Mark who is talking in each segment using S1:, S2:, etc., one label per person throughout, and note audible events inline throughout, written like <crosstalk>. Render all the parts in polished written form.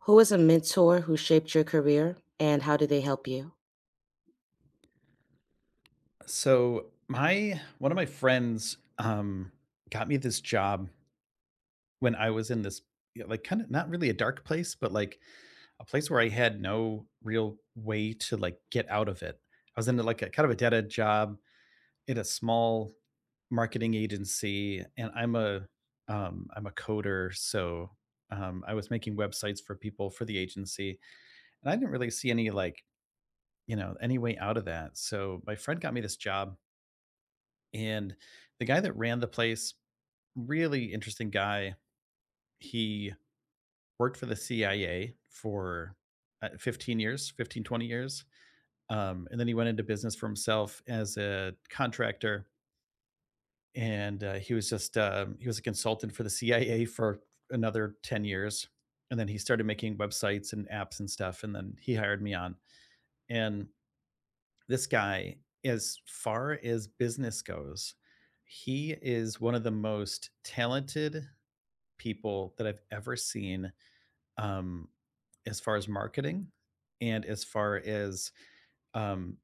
S1: Who was a mentor who shaped your career and how did they help you?
S2: So my one of my friends got me this job when I was in this, yeah, like kind of not really a dark place, but like a place where I had no real way to like get out of it. I was in like a kind of a dead end job at a small marketing agency, and I'm a coder, so I was making websites for people for the agency, and I didn't really see any like any way out of that. So my friend got me this job. And the guy that ran the place, really interesting guy. He worked for the CIA for 15 years, 15, 20 years. And then he went into business for himself as a contractor. And he was just, he was a consultant for the CIA for another 10 years. And then he started making websites and apps and stuff. And then he hired me on. And this guy, as far as business goes, he is one of the most talented people that I've ever seen, um, as far as marketing and as far as um,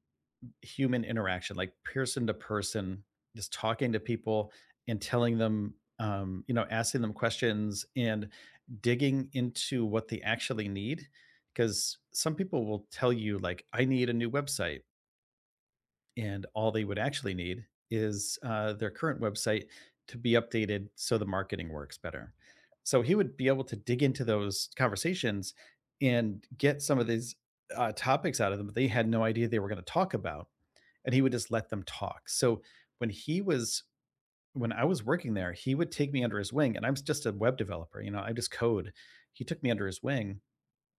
S2: human interaction, like person to person, just talking to people and telling them, you know, asking them questions and digging into what they actually need. Because some people will tell you, like, I need a new website and all they would actually need is their current website to be updated so the marketing works better. So he would be able to dig into those conversations and get some of these topics out of them that they had no idea they were going to talk about. And he would just let them talk. So when he was, when I was working there, he would take me under his wing, and I'm just a web developer, you know, I just code. He took me under his wing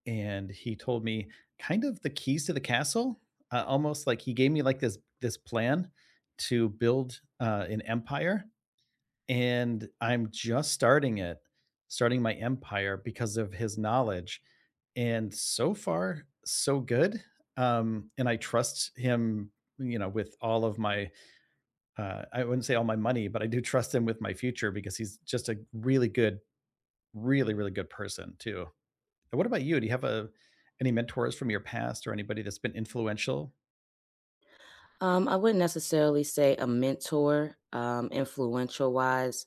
S2: and he told me kind of the keys to the castle. Almost like he gave me like this plan to build an empire, and I'm just starting it, starting my empire because of his knowledge. And so far, so good. And I trust him, you know, with all of my I wouldn't say all my money, but I do trust him with my future because he's just a really good, really, really good person too. And what about you? Do you have a any mentors from your past or anybody that's been influential?
S1: I wouldn't necessarily say a mentor, influential wise.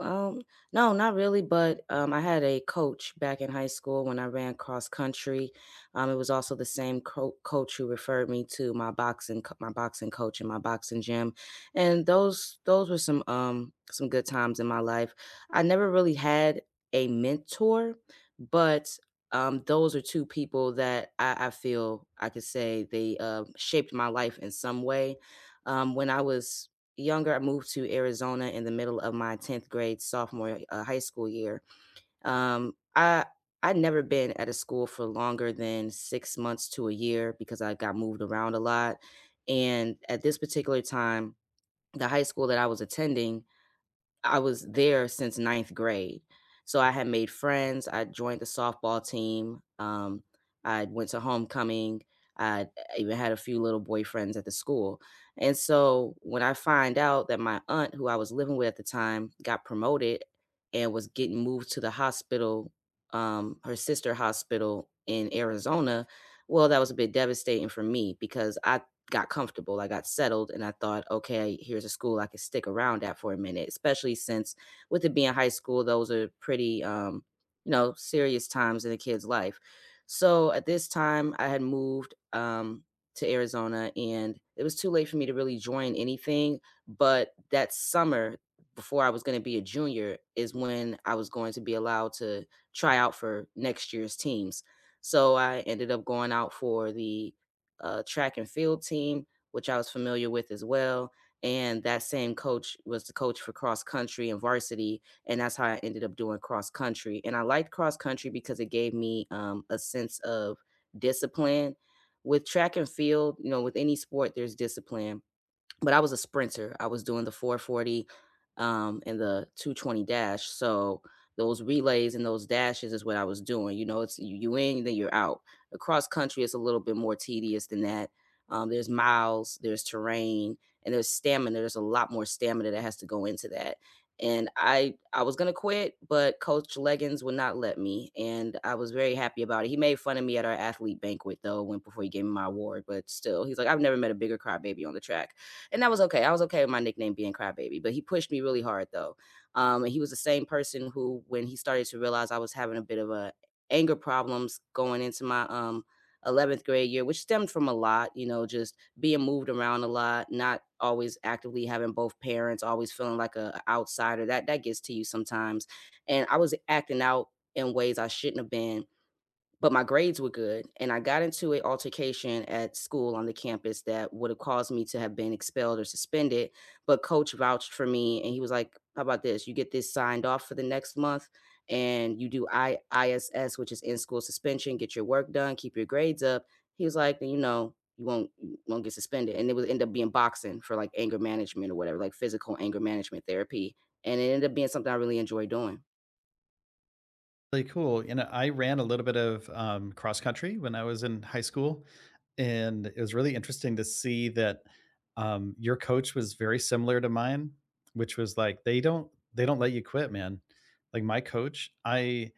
S1: Um, no, not really, but I had a coach back in high school when I ran cross country. It was also the same coach who referred me to my boxing, my boxing coach and my boxing gym, and those were some good times in my life. I never really had a mentor, but those are two people that I feel I could say they shaped my life in some way. When I was younger, I moved to Arizona in the middle of my 10th grade sophomore high school year. Um, I I'd never been at a school for longer than 6 months to a year because I got moved around a lot. And at this particular time, the high school that I was attending, I was there since ninth grade. So I had made friends. I joined the softball team. I went to homecoming. I even had a few little boyfriends at the school. And so when I find out that my aunt, who I was living with at the time, got promoted and was getting moved to the hospital, her sister hospital in Arizona, well, that was a bit devastating for me because I got comfortable. I got settled and I thought, okay, here's a school I can stick around at for a minute, especially since with it being high school, those are pretty, serious times in a kid's life. So at this time, I had moved to Arizona and it was too late for me to really join anything. But that summer, before I was going to be a junior, is when I was going to be allowed to try out for next year's teams. So I ended up going out for the track and field team, which I was familiar with as well. And that same coach was the coach for cross country and varsity. And that's how I ended up doing cross country. And I liked cross country because it gave me a sense of discipline. With track and field, you know, with any sport, there's discipline. But I was a sprinter. I was doing the 440 and the 220 dash. So those relays and those dashes is what I was doing. You know, it's you, in, then you're out. Across country, it's a little bit more tedious than that. There's miles, there's terrain, and there's stamina. There's a lot more stamina that has to go into that. And I was gonna quit, but Coach Leggins would not let me, and I was very happy about it. He made fun of me at our athlete banquet though, when before he gave me my award, but still, he's like, I've never met a bigger crybaby on the track, and that was okay. I was okay with my nickname being Crybaby, but he pushed me really hard though. And he was the same person who, when he started to realize I was having a bit of a anger problems going into my 11th grade year, which stemmed from a lot, you know, just being moved around a lot, not always actively having both parents, always feeling like a outsider. That gets to you sometimes. And I was acting out in ways I shouldn't have been, but my grades were good, and I got into an altercation at school on the campus that would have caused me to have been expelled or suspended. But coach vouched for me, and he was like, "How about this? You get this signed off for the next month, and you do ISS, which is in school suspension. Get your work done, keep your grades up." He was like, "Then you know. You won't get suspended," and it would end up being boxing for like anger management or whatever, like physical anger management therapy, and it ended up being something I really enjoy doing.
S2: Really cool. You know, I ran a little bit of cross country when I was in high school, and it was really interesting to see that your coach was very similar to mine, which was like they don't let you quit, man. Like my coach, I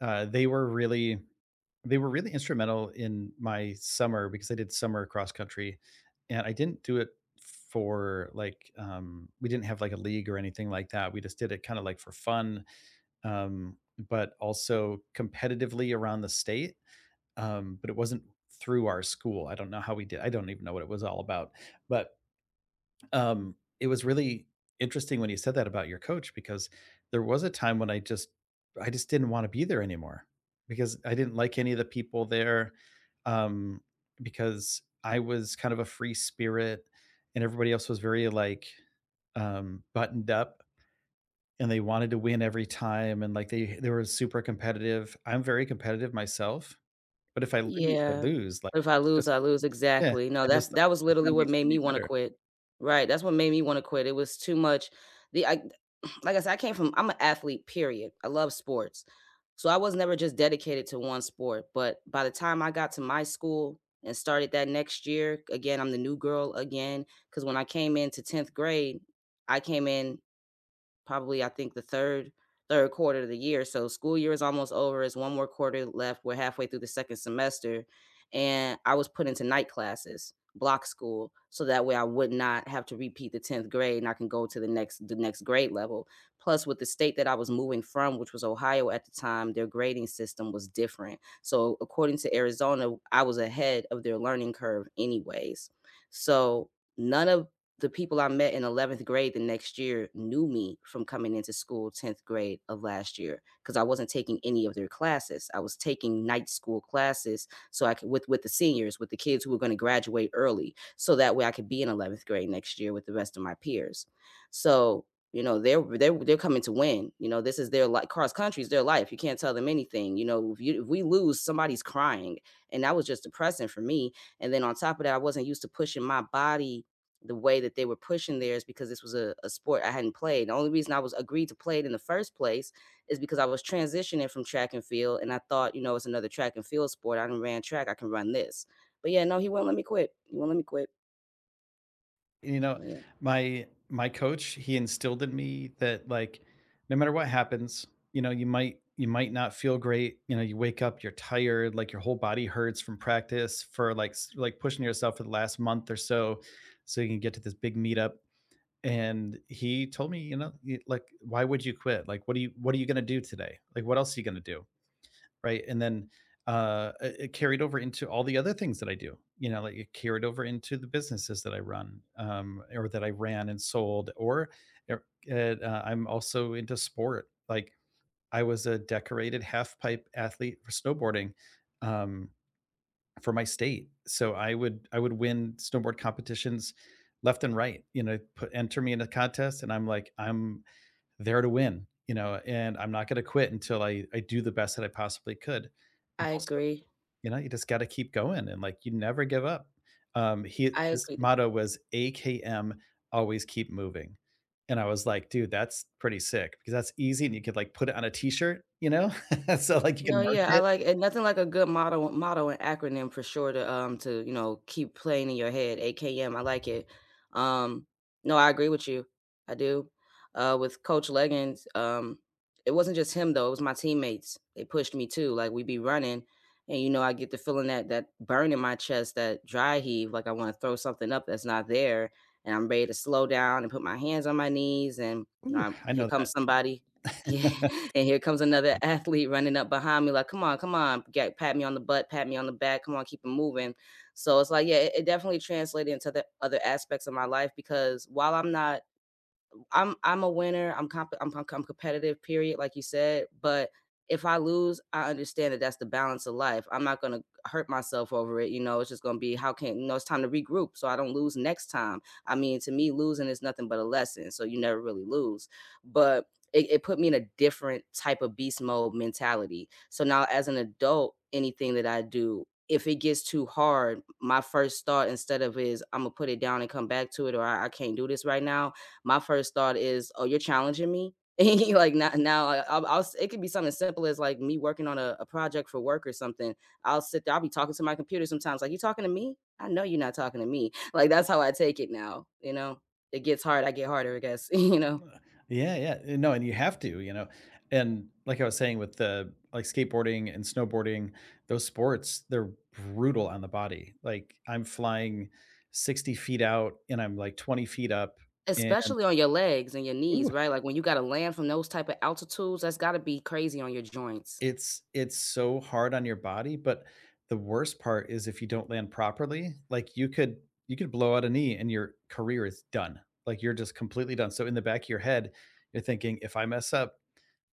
S2: uh, they were really they were really instrumental in my summer because I did summer cross country, and I didn't do it for like we didn't have like a league or anything like that. We just did it kind of like for fun, um, but also competitively around the state. But it wasn't through our school. I don't know how we did. I don't even know what it was all about. But It was really interesting when you said that about your coach because there was a time when I just didn't wanna be there anymore because I didn't like any of the people there, um, because I was kind of a free spirit and everybody else was very, like, buttoned up and they wanted to win every time and, like, they were super competitive. I'm very competitive myself, but if I lose, I
S1: Yeah.
S2: lose, like,
S1: If I
S2: it's
S1: lose,
S2: just,
S1: I lose,
S2: yeah,
S1: exactly. No,
S2: and
S1: that's
S2: there's
S1: that was
S2: there's
S1: literally
S2: gotta be
S1: what made me
S2: somebody
S1: wanna
S2: better.
S1: quit. Right, that's what made me wanna quit, it was too much. The I <clears throat> like I said, I came from I'm an athlete, period. I love sports. So, I was never just dedicated to one sport, but by the time I got to my school and started that next year, again, I'm the new girl again. Because when I came into 10th grade, I came in probably I think the 3rd quarter of the year, so school year is almost over, it's one more quarter left, we're halfway through the 2nd semester, and I was put into night classes, block school, so that way I would not have to repeat the 10th grade and I can go to the next grade level. Plus, with the state that I was moving from, which was Ohio at the time, their grading system was different. So, according to Arizona, I was ahead of their learning curve anyways. So, none of the people I met in 11th grade the next year knew me from coming into school 10th grade of last year because I wasn't taking any of their classes. I was taking night school classes so I could, with the seniors, with the kids who were going to graduate early, so that way I could be in 11th grade next year with the rest of my peers. So you know they're coming to win. You know this is their, like, cross country is their life. You can't tell them anything. You know, if we lose, somebody's crying, and that was just depressing for me. And then on top of that, I wasn't used to pushing my body the way that they were pushing theirs because this was a sport I hadn't played. The only reason I was agreed to play it in the first place is because I was transitioning from track and field and I thought, you know, it's another track and field sport. I done ran track, I can run this. But yeah, no, he won't let me quit. He won't let me quit.
S2: You know,
S1: So yeah.
S2: my coach, he instilled in me that like no matter what happens, you know, you might not feel great, you know, you wake up, you're tired, like your whole body hurts from practice for like like pushing yourself for the last month or so so you can get to this big meetup. And he told me, you know, like why would you quit? Like what are you going to do today? Like what else are you going to do, right? And then it carried over into all the other things that I do. You know, like it carried over into the businesses that I run, or that I ran and sold, or er, I'm also into sport. Like I was a decorated half pipe athlete for snowboarding, um, for my state, so I would win snowboard competitions left and right. You know, put enter me in a contest, and I'm there to win, you know, and I'm not going to quit until I do the best that I possibly could. And
S1: I
S2: also,
S1: agree.
S2: you know, you just got to keep going and like you never give up. He
S1: I
S2: his
S1: agree.
S2: motto was AKM, always keep moving. And I was like, dude, that's pretty sick because that's easy and you could like put it on a t-shirt, you know? <laughs> So like you
S1: No,
S2: can merch
S1: yeah, I
S2: it.
S1: like and nothing like a good motto and acronym for sure to, you know, keep playing in your head, AKM, I like it. Um, no, I agree with you, I do. With Coach Leggins, it wasn't just him though, it was my teammates, they pushed me too, like, we'd be running, and, I get the feeling that that burn in my chest, that dry heave, like I wanna throw something up that's not there, and I'm ready to slow down and put my hands on my knees and,
S2: Ooh, I
S1: here
S2: know
S1: comes somebody, yeah,
S2: that.
S1: <laughs> and here comes another
S2: <laughs>
S1: athlete running up behind me like, "Come on, come on, get pat me on the butt, pat me on the back, come on, keep it moving." So it's like, yeah, it definitely translated into the other aspects of my life because while I'm not, I'm I'm a winner. I'm competitive. Period, like you said. But if I lose, I understand that that's the balance of life. I'm not gonna hurt myself over it. You know, it's just gonna be, how can, you know, it's time to regroup so I don't lose next time. I mean, to me, losing is nothing but a lesson. So you never really lose. But it put me in a different type of beast mode mentality. So now, as an adult, anything that I do, if it gets too hard, my first thought instead of is I'm gonna put it down and come back to it, or I can't do this right now, my first thought is, "Oh, you're challenging me." <laughs> Like now, now I- will I'll it could be something as simple as like me working on a project for work or something. I'll sit there, I'll be talking to my computer sometimes. Like, you talking to me? I know you're not talking to me. <laughs> Like that's how I take it now. You know, it gets hard. I get harder, I guess. <laughs>
S2: Yeah, yeah. No, and you have to, you know. And like I was saying with the like skateboarding and snowboarding, those sports, they're brutal on the body. Like I'm flying 60 feet out and I'm like 20 feet up and
S1: Especially on your legs and your knees,
S2: ooh,
S1: right? Like when you got to land from those type of altitudes, that's got to be crazy on your joints.
S2: it's so hard on your body, but the worst part is if you don't land properly, like you could blow out a knee and your career is done. Like you're just completely done. So in the back of your head, you're thinking if I mess up,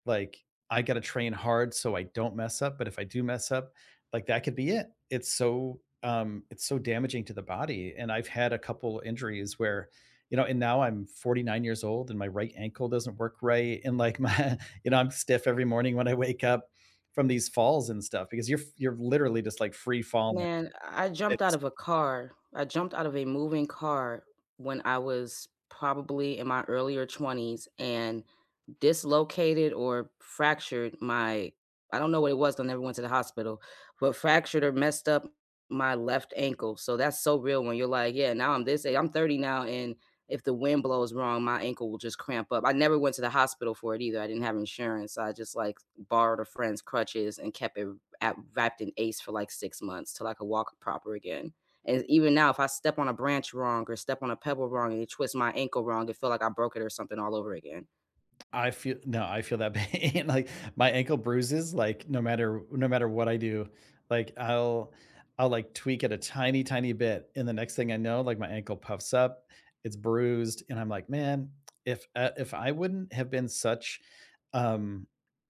S2: like, I got to train hard so I don't mess up, but if I do mess up, like that could be it. It's so damaging to the body and I've had a couple injuries where you know, and now I'm 49 years old and my right ankle doesn't work right and like my <laughs> you know, I'm stiff every morning when I wake up from these falls and stuff because you're literally just like free falling.
S1: Man, I jumped out
S2: It's
S1: of a car. I jumped out of a moving car when I was probably in my earlier 20s, and dislocated or fractured my — I don't know what it was, 'cause I never went to the hospital — but fractured or messed up my left ankle. So that's so real when you're like, yeah, now I'm this age. I'm 30 now, and if the wind blows wrong, my ankle will just cramp up. I never went to the hospital for it either. I didn't have insurance. So I just like borrowed a friend's crutches and kept it at, wrapped in ACE for like 6 months till I could walk proper again. And even now, if I step on a branch wrong or step on a pebble wrong and it twists my ankle wrong, it feel like I broke it or something all over again.
S2: I feel, no, I feel that pain. <laughs> Like my ankle bruises, like no matter what I do, like I'll like tweak it a tiny, tiny bit, and the next thing I know, like my ankle puffs up, it's bruised, and I'm like, man, if I wouldn't have been such, um,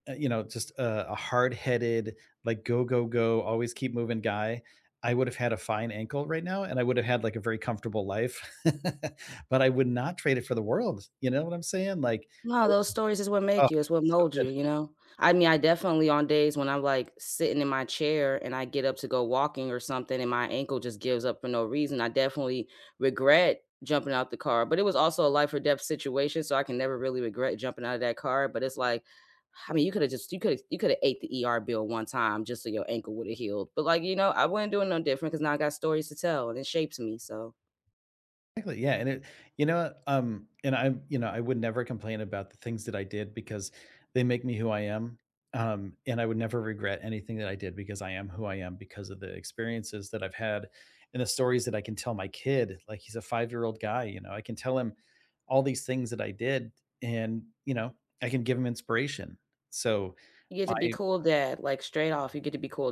S2: you know, just a hard headed, like go go go, always keep moving guy. I would have had a fine ankle right now, and I would have had like a very comfortable life, <laughs> but I would not trade it for the world. You know what I'm saying? Like,
S1: No, those stories is what
S2: oh,
S1: make you, it's what
S2: it's so
S1: mold you,
S2: good.
S1: you know? I mean, I definitely, on days when I'm, like, sitting in my chair and I get up to go walking or something and my ankle just gives up for no reason, I definitely regret jumping out the car, but it was also a life or death situation, so I can never really regret jumping out of that car, but it's like, I mean, you coulda just you coulda ate the ER bill one time just so your ankle woulda healed, but, like, I wouldn't do it no different because now I got stories to tell and it shapes me, so
S2: Exactly, yeah, and it you know, and I'm you know, I would never complain about the things that I did because they make me who I am, and I would never regret anything that I did because I am who I am because of the experiences that I've had and the stories that I can tell my kid, like, he's a five-year-old guy, you know, I can tell him all these things that I did and, you know, I can give him inspiration. So,
S1: you get to be
S2: my
S1: cool dad, like, straight off, you get to be cool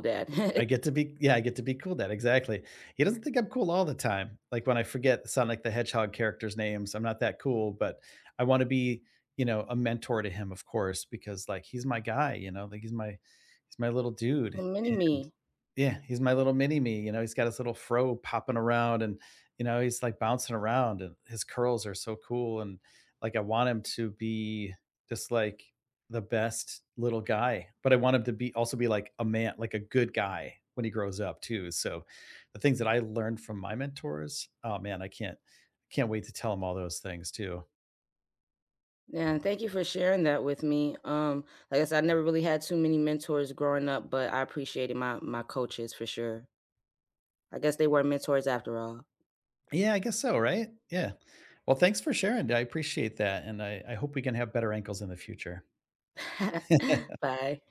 S2: I
S1: dad.
S2: get
S1: <laughs>
S2: to be, yeah, I get to be cool then, exactly. He doesn't think I'm cool all the time. Like when I forget Sonic the Hedgehog characters' names, I'm not that cool, but I want to be, you know, a mentor to him, of course, because like he's my guy, you know, like he's my little dude.
S1: Little mini
S2: And
S1: me.
S2: yeah, he's my little mini me, you know, he's got his little fro popping around and you know, he's like bouncing around and his curls are so cool and like I want him to be just like the best little guy, but I want him to be also be like a man, like a good guy when he grows up too. So the things that I learned from my mentors, oh man, I can't wait to tell him all those things too.
S1: Yeah, and thank you for sharing that with me. Like I said, I never really had too many mentors growing up, but I appreciated my coaches for sure. I guess they were mentors after all.
S2: Yeah, I guess so, right? Yeah. Well, thanks for sharing. I appreciate that. And I hope we can have better ankles in the future.
S1: <laughs>
S2: <laughs>
S1: Bye.